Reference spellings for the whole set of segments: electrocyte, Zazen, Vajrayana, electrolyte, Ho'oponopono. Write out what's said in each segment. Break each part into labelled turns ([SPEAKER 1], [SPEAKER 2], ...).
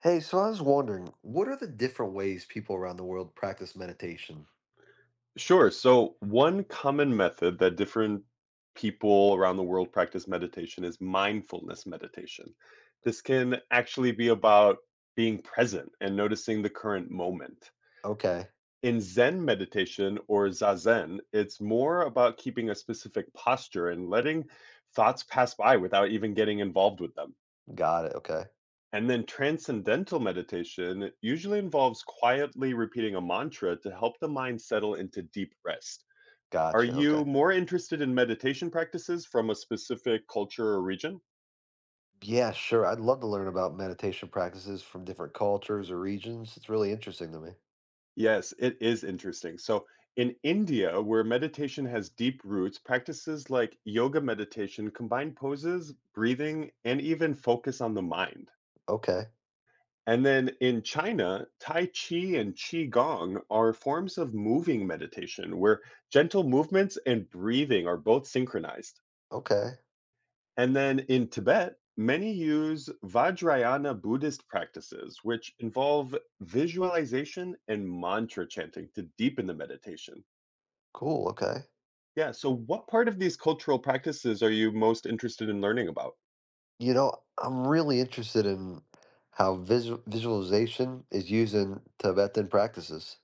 [SPEAKER 1] Hey, so I was wondering, what are the different ways people around the world practice meditation?
[SPEAKER 2] Sure. So, one common method that different people around the world practice meditation is mindfulness meditation. This can actually be about being present and noticing the current moment.
[SPEAKER 1] Okay,
[SPEAKER 2] In Zen meditation or Zazen, it's more about keeping a specific posture and letting thoughts pass by without even getting involved with them.
[SPEAKER 1] got it. Okay,
[SPEAKER 2] And then transcendental meditation usually involves quietly repeating a mantra to help the mind settle into deep rest. Are
[SPEAKER 1] gotcha. Okay.
[SPEAKER 2] you more interested in meditation practices from a specific culture or region?
[SPEAKER 1] Yeah, sure. I'd love to learn about meditation practices from different cultures or regions. It's really interesting to me.
[SPEAKER 2] Yes, it is interesting. So, in India, where meditation has deep roots, practices like yoga meditation combine poses, breathing, and even focus on the mind.
[SPEAKER 1] Okay,
[SPEAKER 2] And then in China, Tai Chi and Qi Gong are forms of moving meditation where gentle movements and breathing are both synchronized.
[SPEAKER 1] okay,
[SPEAKER 2] And then in Tibet, many use Vajrayana Buddhist practices, which involve visualization and mantra chanting to deepen the meditation.
[SPEAKER 1] cool. Okay.
[SPEAKER 2] Yeah, so what part of these cultural practices are you most interested in learning about?
[SPEAKER 1] You know, I'm really interested in how visualization is used in Tibetan practices.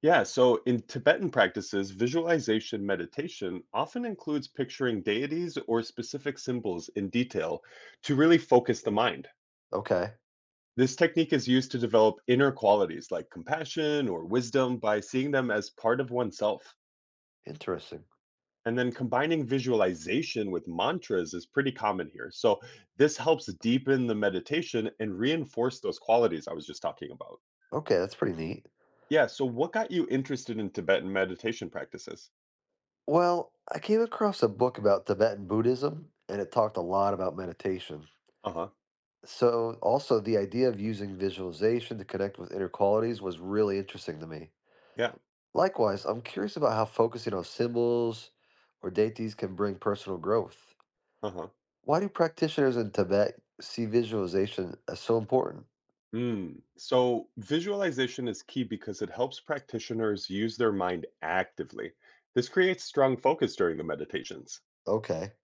[SPEAKER 2] Yeah, so in Tibetan practices, visualization meditation often includes picturing deities or specific symbols in detail to really focus the mind.
[SPEAKER 1] Okay,
[SPEAKER 2] This technique is used to develop inner qualities like compassion or wisdom by seeing them as part of oneself.
[SPEAKER 1] interesting.
[SPEAKER 2] And then combining visualization with mantras is pretty common here. So this helps deepen the meditation and reinforce those qualities I was just talking about.
[SPEAKER 1] Okay, that's pretty neat.
[SPEAKER 2] Yeah. So what got you interested in Tibetan meditation practices?
[SPEAKER 1] Well, I came across a book about Tibetan Buddhism, and it talked a lot about meditation.
[SPEAKER 2] Uh huh.
[SPEAKER 1] So, also, the idea of using visualization to connect with inner qualities was really interesting to me.
[SPEAKER 2] Yeah.
[SPEAKER 1] Likewise, I'm curious about how focusing on symbols or deities can bring personal growth.
[SPEAKER 2] Uh huh.
[SPEAKER 1] Why do practitioners in Tibet see visualization as so important?
[SPEAKER 2] Mm. So visualization is key because it helps practitioners use their mind actively. This creates strong focus during the meditations.
[SPEAKER 1] Okay,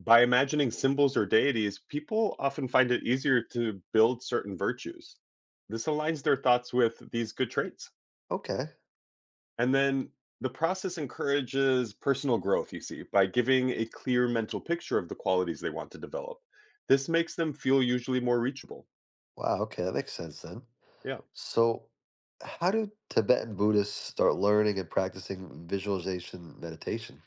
[SPEAKER 2] By imagining symbols or deities, people often find it easier to build certain virtues. This aligns their thoughts with these good traits.
[SPEAKER 1] okay.
[SPEAKER 2] And then the process encourages personal growth, you see, by giving a clear mental picture of the qualities they want to develop. This makes them feel usually more reachable.
[SPEAKER 1] Wow, okay, that makes sense then.
[SPEAKER 2] Yeah.
[SPEAKER 1] So, how do Tibetan Buddhists start learning and practicing visualization meditation?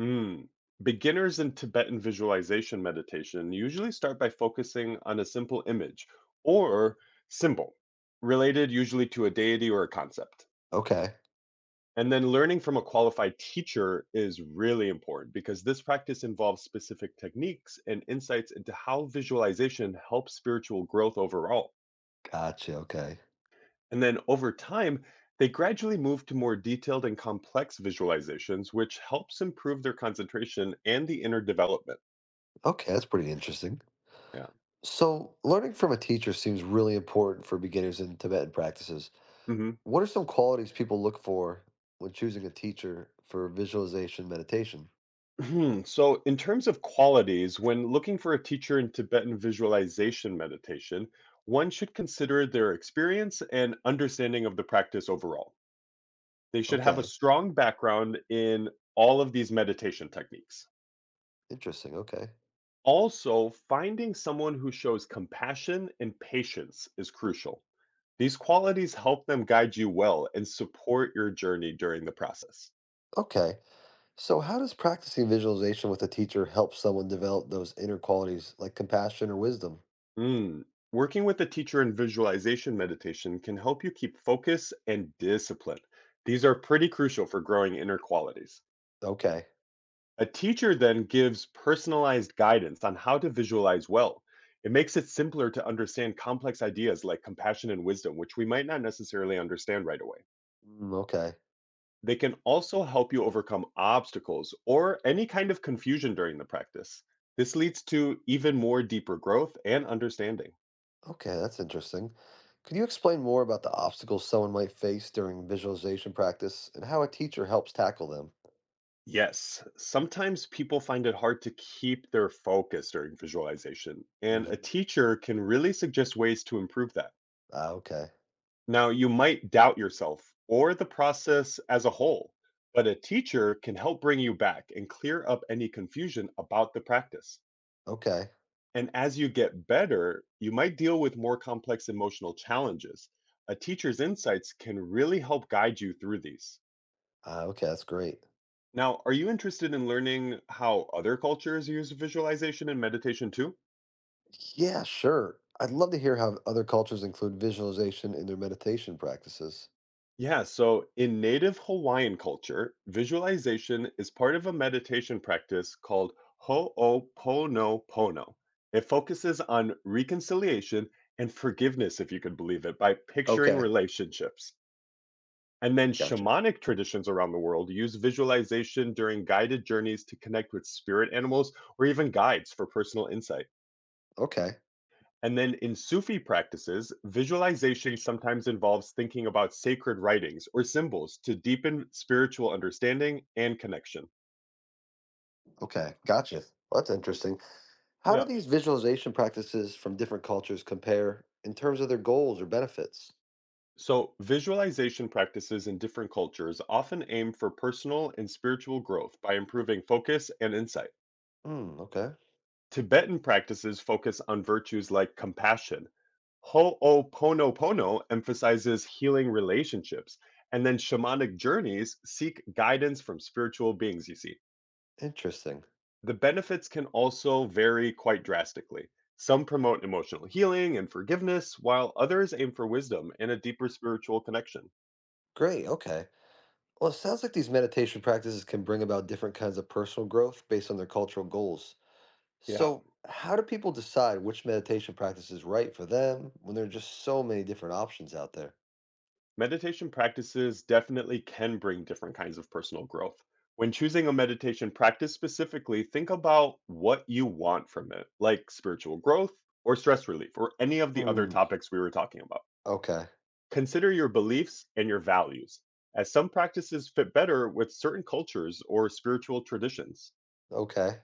[SPEAKER 2] Mm. Beginners in Tibetan visualization meditation usually start by focusing on a simple image or symbol related usually to a deity or a concept.
[SPEAKER 1] Okay.
[SPEAKER 2] And then learning from a qualified teacher is really important because this practice involves specific techniques and insights into how visualization helps spiritual growth overall.
[SPEAKER 1] Gotcha, okay.
[SPEAKER 2] And then over time, they gradually move to more detailed and complex visualizations, which helps improve their concentration and the inner development.
[SPEAKER 1] Okay, that's pretty interesting.
[SPEAKER 2] Yeah.
[SPEAKER 1] So, learning from a teacher seems really important for beginners in Tibetan practices.
[SPEAKER 2] Hmm.
[SPEAKER 1] What are some qualities people look for when choosing a teacher for visualization meditation?
[SPEAKER 2] Hmm. So, in terms of qualities, when looking for a teacher in Tibetan visualization meditation, one should consider their experience and understanding of the practice overall. They should have a
[SPEAKER 1] Okay,
[SPEAKER 2] strong background in all of these meditation techniques.
[SPEAKER 1] interesting. Okay.
[SPEAKER 2] Also, finding someone who shows compassion and patience is crucial. These qualities help them guide you well and support your journey during the process.
[SPEAKER 1] Okay. So, how does practicing visualization with a teacher help someone develop those inner qualities like compassion or wisdom?
[SPEAKER 2] Mm. Working with a teacher in visualization meditation can help you keep focus and discipline. These are pretty crucial for growing inner qualities.
[SPEAKER 1] Okay.
[SPEAKER 2] A teacher then gives personalized guidance on how to visualize well. It makes it simpler to understand complex ideas like compassion and wisdom, which we might not necessarily understand right away.
[SPEAKER 1] Mm, okay.
[SPEAKER 2] They can also help you overcome obstacles or any kind of confusion during the practice. This leads to even more deeper growth and understanding.
[SPEAKER 1] Okay, that's interesting. Could you explain more about the obstacles someone might face during visualization practice and how a teacher helps tackle them?
[SPEAKER 2] Yes, sometimes people find it hard to keep their focus during visualization, and a
[SPEAKER 1] Hmm.
[SPEAKER 2] teacher can really suggest ways to improve that.
[SPEAKER 1] Ah, okay.
[SPEAKER 2] Now, you might doubt yourself or the process as a whole, but a teacher can help bring you back and clear up any confusion about the practice.
[SPEAKER 1] Okay.
[SPEAKER 2] And as you get better, you might deal with more complex emotional challenges. A teacher's insights can really help guide you through these.
[SPEAKER 1] Ah, okay, that's great.
[SPEAKER 2] Now, are you interested in learning how other cultures use visualization and meditation too?
[SPEAKER 1] Yeah, sure. I'd love to hear how other cultures include visualization in their meditation practices.
[SPEAKER 2] Yeah, so in native Hawaiian culture, visualization is part of a meditation practice called Ho'oponopono. It focuses on reconciliation and forgiveness, if you could believe it, by picturing
[SPEAKER 1] Okay,
[SPEAKER 2] relationships. And then
[SPEAKER 1] gotcha.
[SPEAKER 2] shamanic traditions around the world use visualization during guided journeys to connect with spirit animals or even guides for personal insight.
[SPEAKER 1] Okay,
[SPEAKER 2] And then in Sufi practices, visualization sometimes involves thinking about sacred writings or symbols to deepen spiritual understanding and connection.
[SPEAKER 1] okay, gotcha. Well, that's interesting. How do
[SPEAKER 2] Yeah.
[SPEAKER 1] these visualization practices from different cultures compare in terms of their goals or benefits?
[SPEAKER 2] So, visualization practices in different cultures often aim for personal and spiritual growth by improving focus and insight.
[SPEAKER 1] Hmm, okay.
[SPEAKER 2] Tibetan practices focus on virtues like compassion. Ho'oponopono emphasizes healing relationships. And then shamanic journeys seek guidance from spiritual beings, you see.
[SPEAKER 1] Interesting.
[SPEAKER 2] The benefits can also vary quite drastically. Some promote emotional healing and forgiveness, while others aim for wisdom and a deeper spiritual connection.
[SPEAKER 1] Great. Okay. Well, it sounds like these meditation practices can bring about different kinds of personal growth based on their cultural goals.
[SPEAKER 2] Yeah,
[SPEAKER 1] So, how do people decide which meditation practice is right for them when there are just so many different options out there?
[SPEAKER 2] meditation practices definitely can bring different kinds of personal growth. When choosing a meditation practice specifically, think about what you want from it, like spiritual growth or stress relief, or any of the other
[SPEAKER 1] Hmm.
[SPEAKER 2] topics we were talking about.
[SPEAKER 1] Okay.
[SPEAKER 2] Consider your beliefs and your values, as some practices fit better with certain cultures or spiritual traditions.
[SPEAKER 1] Okay.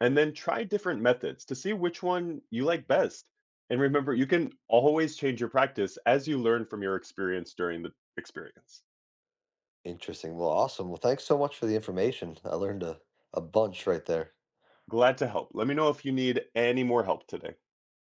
[SPEAKER 2] And then try different methods to see which one you like best. And remember, you can always change your practice as you learn from your experience during the experience.
[SPEAKER 1] Interesting. Well, awesome. Well, thanks so much for the information. I learned a bunch right there.
[SPEAKER 2] Glad to help. Let me know if you need any more help today.